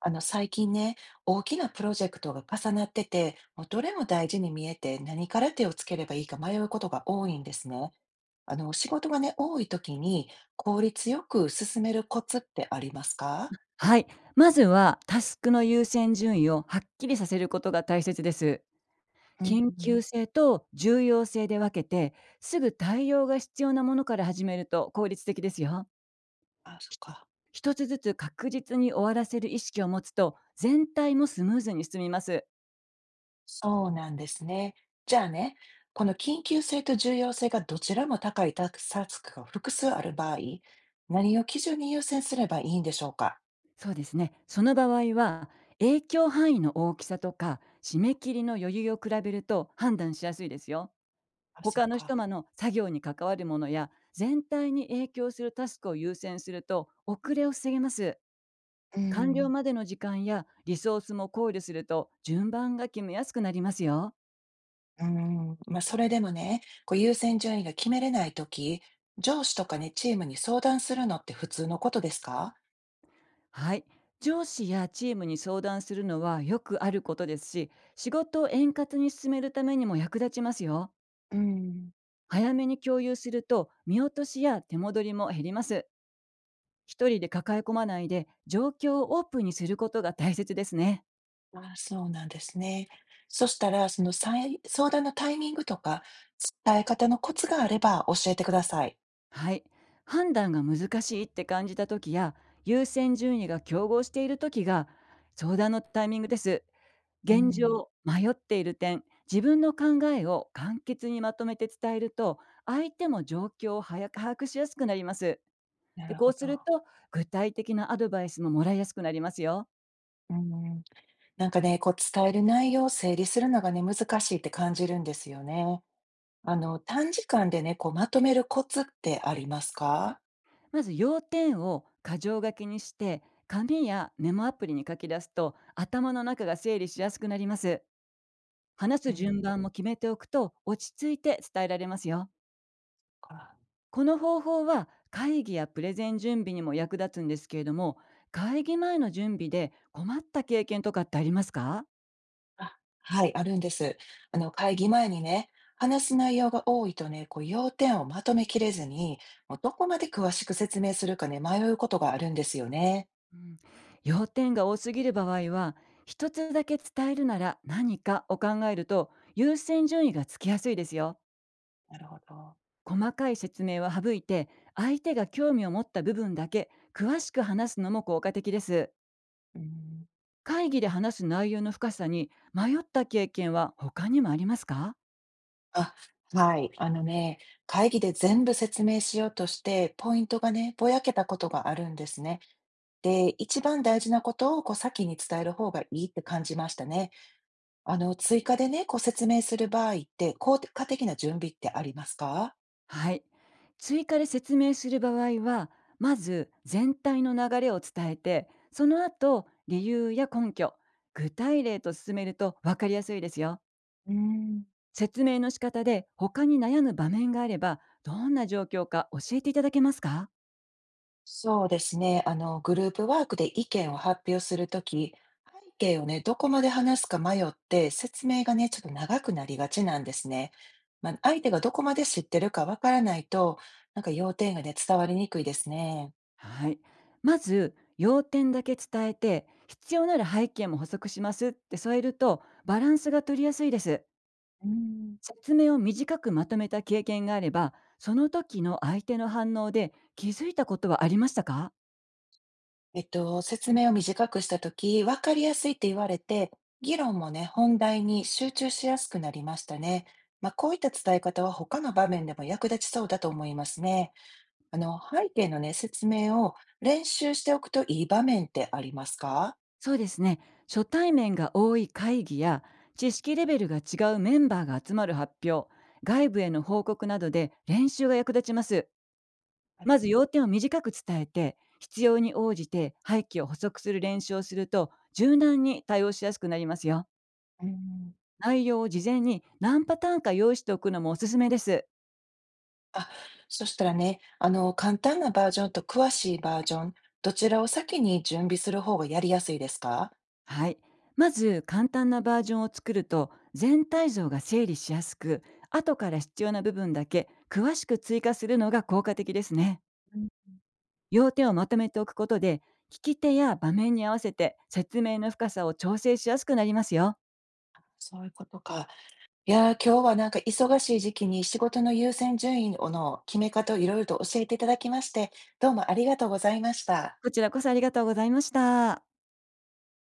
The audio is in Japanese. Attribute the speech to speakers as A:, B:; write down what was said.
A: 最近ね、大きなプロジェクトが重なってて、もうどれも大事に見えて、何から手をつければいいか迷うことが多いんですね。仕事がね、多い時に効率よく進めるコツってありますか？
B: はい。まずはタスクの優先順位をはっきりさせることが大切です。
A: う
B: 緊急
A: ん、
B: 性と重要性で分けて、すぐ対応が必要なものから始めると効率的ですよ。
A: あ、そっか。
B: 一つずつ確実に終わらせる意識を持つと、全体もスムーズに進みます。
A: そうなんですね。じゃあね、この緊急性と重要性がどちらも高いタクタスクが複数ある場合、何を基準に優先すればいいんでしょうか？
B: そうですね。その場合は、影響範囲の大きさとか、締め切りの余裕を比べると判断しやすいですよ。
A: あ、そっ
B: 他の人
A: か。
B: 間の作業に関わるものや全体に影響するタスクを優先すると遅れを防げます。
A: う
B: 完了
A: ん。
B: までの時間やリソースも考慮すると順番が決めやすくなりますよ。
A: まあ、それでもね、こう優先順位が決めれないとき、上司とかね、チームに相談するのって普通のことですか？
B: はい。上司やチームに相談するのはよくあることですし、仕事を円滑に進めるためにも役立ちますよ。
A: うん、
B: 早めに共有すると見落としや手戻りも減ります。一人で抱え込まないで状況をオープンにすることが大切ですね。
A: あ、そうなんですね。そしたら、その再相談のタイミングとか、伝え方のコツがあれば教えてください。
B: はい。判断が難しいって感じた時や、優先順位が競合している時が、相談のタイミングです。
A: う
B: 現
A: ん、
B: 状、迷っている点、自分の考えを簡潔にまとめて伝えると、相手も状況を早く把握しやすくなります。
A: な
B: で、
A: る
B: こ
A: ほ
B: う
A: ど。
B: すると、具体的なアドバイスももらいやすくなりますよ。
A: うん。なんかね、こう伝える内容を整理するのがね、難しいって感じるんですよね。短時間でね、こうまとめるコツってありますか？
B: まず、要点を箇条書きにして、紙やメモアプリに書き出すと、頭の中が整理しやすくなります。話
A: う
B: す順
A: ん。
B: 番も決めておくと落ち着いて伝えられますよ。
A: か
B: この方法は会議やプレゼン準備にも役立つんですけれども、会議前の準備で困った経験とかってありますか、
A: あ、はい、あるんです。会議前にね、話す内容が多いとね、こう、要点をまとめきれずに、もうどこまで詳しく説明するかね、迷うことがあるんですよね。
B: うん、要点が多すぎる場合は、一つだけ伝えるなら何かを考えると優先順位がつきやすいですよ。
A: なるほど。
B: 細かい説明は省いて、相手が興味を持った部分だけ詳しく話すのも効果的です。
A: うん。
B: 会議で話す内容の深さに迷った経験は他にもありますか？
A: あ、はい。あのね、会議で全部説明しようとして、ポイントがね、ぼやけたことがあるんですね。で、一番大事なことをこう先に伝える方がいいって感じましたね。追加でね、こう説明する場合って、効果的な準備ってありますか？
B: はい。追加で説明する場合は、まず全体の流れを伝えて、その後、理由や根拠、具体例と進めると分かりやすいですよ。
A: うん。
B: 説明の仕方で他に悩む場面があれば、どんな状況か教えていただけますか？
A: そうですね。グループワークで意見を発表するとき、背景をね、どこまで話すか迷って、説明がね、ちょっと長くなりがちなんですね。まあ、相手がどこまで知ってるかわからないと、なんか要点がね、伝わりにくいですね。
B: はい。まず、要点だけ伝えて、必要なら背景も補足しますって添えると、バランスが取りやすいです。
A: うん、
B: 説明を短くまとめた経験があれば、その時の相手の反応で気づいたことはありましたか？
A: 説明を短くしたとき、わかりやすいって言われて、議論もね、本題に集中しやすくなりましたね。まあ、こういった伝え方は他の場面でも役立ちそうだと思いますね。背景のね、説明を練習しておくといい場面ってありますか？
B: そうですね。初対面が多い会議や、知識レベルが違うメンバーが集まる発表、外部への報告などで練習が役立ちます。
A: あ
B: ま
A: れ、
B: ず要点を短く伝えて、必要に応じて廃棄を補足する練習をすると、柔軟に対応しやすくなりますよ。
A: うん。
B: 内容を事前に何パターンか用意しておくのもおすすめです。
A: あ、そしたらね、簡単なバージョンと詳しいバージョン、どちらを先に準備する方がやりやすいですか？
B: はい。まず簡単なバージョンを作ると全体像が整理しやすく、後から必要な部分だけ詳しく追加するのが効果的ですね。要点をまとめておくことで、聞き手や場面に合わせて説明の深さを調整しやすくなりますよ。
A: そういうことか。いやー、今日はなんか忙しい時期に仕事の優先順位の決め方をいろいろと教えていただきまして、どうもありがとうございました。
B: こちらこそありがとうございました。